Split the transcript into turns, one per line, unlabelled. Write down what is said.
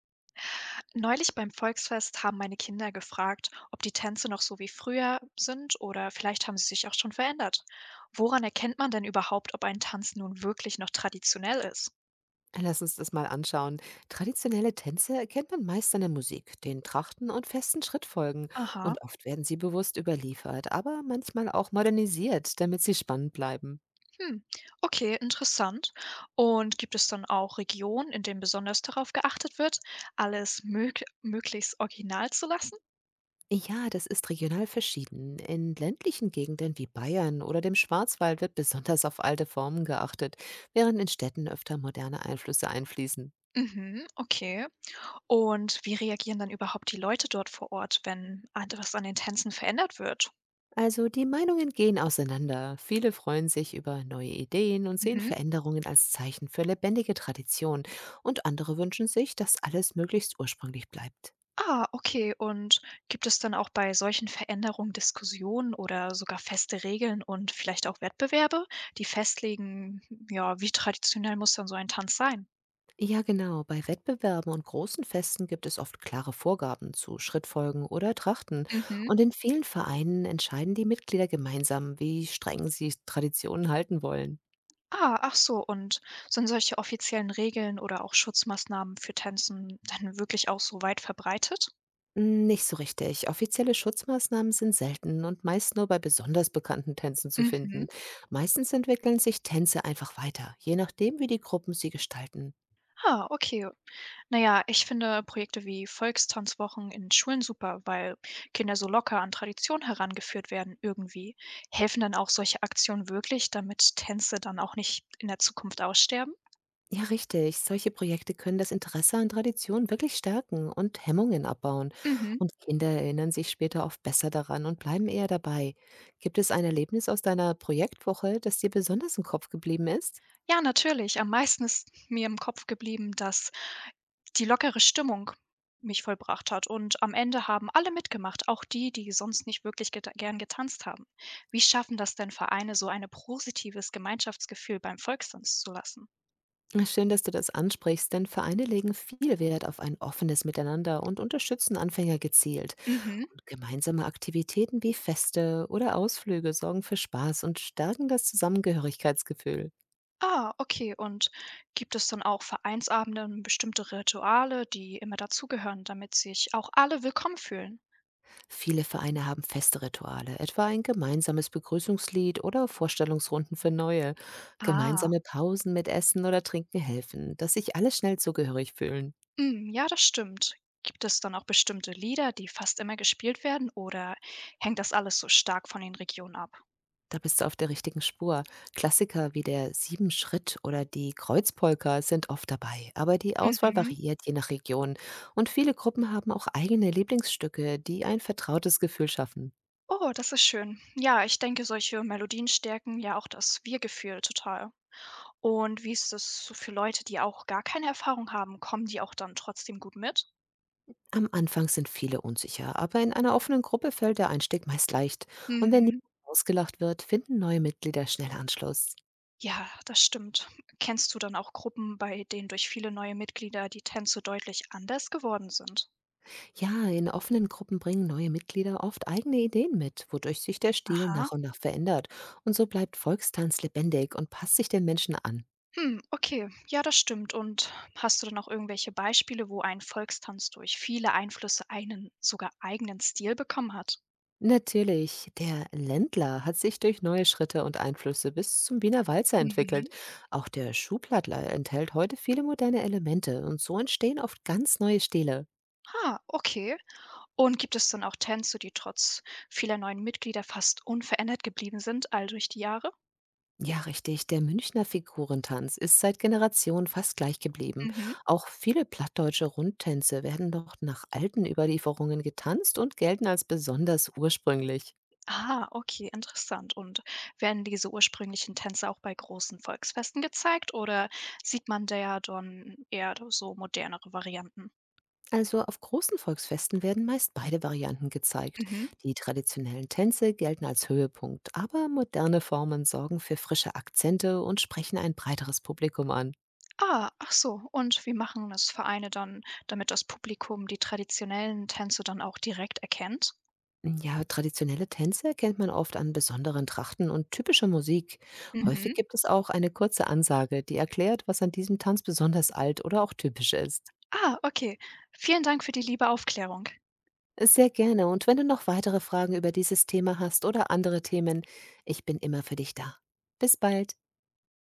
Neulich beim Volksfest haben meine Kinder gefragt, ob die Tänze noch so wie früher sind oder vielleicht haben sie sich auch schon verändert. Woran erkennt man denn überhaupt, ob ein Tanz nun wirklich noch traditionell ist?
Lass uns das mal anschauen. Traditionelle Tänze erkennt man meist an der Musik, den Trachten und festen Schrittfolgen.
Aha,
Und oft werden sie bewusst überliefert, aber manchmal auch modernisiert, damit sie spannend bleiben.
hm, okay, interessant. Und gibt es dann auch Regionen, in denen besonders darauf geachtet wird, alles möglichst original zu lassen?
Ja, das ist regional verschieden. In ländlichen Gegenden wie Bayern oder dem Schwarzwald wird besonders auf alte Formen geachtet, während in Städten öfter moderne Einflüsse einfließen.
Mhm, okay. Und wie reagieren dann überhaupt die Leute dort vor Ort, wenn etwas an den Tänzen verändert wird?
Also die Meinungen gehen auseinander. Viele freuen sich über neue Ideen und sehen
Mhm.
Veränderungen als Zeichen für lebendige Tradition. Und andere wünschen sich, dass alles möglichst ursprünglich bleibt.
Ah, okay. Und gibt es dann auch bei solchen Veränderungen Diskussionen oder sogar feste Regeln und vielleicht auch Wettbewerbe, die festlegen, ja, wie traditionell muss dann so ein Tanz sein?
Ja genau, bei Wettbewerben und großen Festen gibt es oft klare Vorgaben zu Schrittfolgen oder Trachten.
Mhm.
Und in vielen Vereinen entscheiden die Mitglieder gemeinsam, wie streng sie Traditionen halten wollen.
Ah, ach so. Und sind solche offiziellen Regeln oder auch Schutzmaßnahmen für Tänzen dann wirklich auch so weit verbreitet?
Hm, nicht so richtig. Offizielle Schutzmaßnahmen sind selten und meist nur bei besonders bekannten Tänzen zu
Mhm.
finden. Meistens entwickeln sich Tänze einfach weiter, je nachdem, wie die Gruppen sie gestalten.
Ah, okay. Na ja, ich finde Projekte wie Volkstanzwochen in Schulen super, weil Kinder so locker an Tradition herangeführt werden irgendwie. Helfen dann auch solche Aktionen wirklich, damit Tänze dann auch nicht in der Zukunft aussterben?
Ja, richtig. Solche Projekte können das Interesse an Tradition wirklich stärken und Hemmungen abbauen.
Mhm.
Und Kinder erinnern sich später oft besser daran und bleiben eher dabei. Gibt es ein Erlebnis aus deiner Projektwoche, das dir besonders im Kopf geblieben ist?
Ja, natürlich. Am meisten ist mir im Kopf geblieben, dass die lockere Stimmung mich vollbracht hat, und am Ende haben alle mitgemacht, auch die, die sonst nicht wirklich geta gern getanzt haben. Wie schaffen das denn Vereine, so ein positives Gemeinschaftsgefühl beim Volkstanz zu lassen?
Schön, dass du das ansprichst, denn Vereine legen viel Wert auf ein offenes Miteinander und unterstützen Anfänger gezielt.
Mhm.
Und gemeinsame Aktivitäten wie Feste oder Ausflüge sorgen für Spaß und stärken das Zusammengehörigkeitsgefühl.
Ah, okay. Und gibt es dann auch Vereinsabende und bestimmte Rituale, die immer dazugehören, damit sich auch alle willkommen fühlen?
Viele Vereine haben feste Rituale, etwa ein gemeinsames Begrüßungslied oder Vorstellungsrunden für Neue.
Ah,
Gemeinsame Pausen mit Essen oder Trinken helfen, dass sich alle schnell zugehörig fühlen.
mm, ja, das stimmt. Gibt es dann auch bestimmte Lieder, die fast immer gespielt werden, oder hängt das alles so stark von den Regionen ab?
Da bist du auf der richtigen Spur. Klassiker wie der Siebenschritt oder die Kreuzpolka sind oft dabei, aber die Auswahl
Mhm.
variiert je nach Region. Und viele Gruppen haben auch eigene Lieblingsstücke, die ein vertrautes Gefühl schaffen.
Oh, das ist schön. Ja, ich denke, solche Melodien stärken ja auch das Wir-Gefühl total. Und wie ist das so für Leute, die auch gar keine Erfahrung haben? Kommen die auch dann trotzdem gut mit?
Am Anfang sind viele unsicher, aber in einer offenen Gruppe fällt der Einstieg meist leicht. Und wenn niemand
Mhm.
ausgelacht wird, finden neue Mitglieder schnell Anschluss.
Ja, das stimmt. Kennst du dann auch Gruppen, bei denen durch viele neue Mitglieder die Tänze deutlich anders geworden sind?
Ja, in offenen Gruppen bringen neue Mitglieder oft eigene Ideen mit, wodurch sich der Stil
Aha.
nach und nach verändert. Und so bleibt Volkstanz lebendig und passt sich den Menschen an.
Hm, okay. Ja, das stimmt. Und hast du dann auch irgendwelche Beispiele, wo ein Volkstanz durch viele Einflüsse einen sogar eigenen Stil bekommen hat?
Natürlich, der Ländler hat sich durch neue Schritte und Einflüsse bis zum Wiener Walzer entwickelt.
Mhm.
Auch der Schuhplattler enthält heute viele moderne Elemente und so entstehen oft ganz neue Stile.
Ah, okay. Und gibt es dann auch Tänze, die trotz vieler neuen Mitglieder fast unverändert geblieben sind, all durch die Jahre?
Ja, richtig, der Münchner Figurentanz ist seit Generationen fast gleich geblieben.
Mhm.
Auch viele plattdeutsche Rundtänze werden noch nach alten Überlieferungen getanzt und gelten als besonders ursprünglich.
Ah, okay, interessant. Und werden diese ursprünglichen Tänze auch bei großen Volksfesten gezeigt oder sieht man da ja dann eher so modernere Varianten?
Also auf großen Volksfesten werden meist beide Varianten gezeigt.
Mhm.
Die traditionellen Tänze gelten als Höhepunkt, aber moderne Formen sorgen für frische Akzente und sprechen ein breiteres Publikum an.
Ah, ach so. Und wie machen das Vereine dann, damit das Publikum die traditionellen Tänze dann auch direkt erkennt?
Ja, traditionelle Tänze erkennt man oft an besonderen Trachten und typischer Musik. Häufig
Mhm.
gibt es auch eine kurze Ansage, die erklärt, was an diesem Tanz besonders alt oder auch typisch ist.
Ah, okay. Vielen Dank für die liebe Aufklärung.
Sehr gerne. Und wenn du noch weitere Fragen über dieses Thema hast oder andere Themen, ich bin immer für dich da. Bis bald.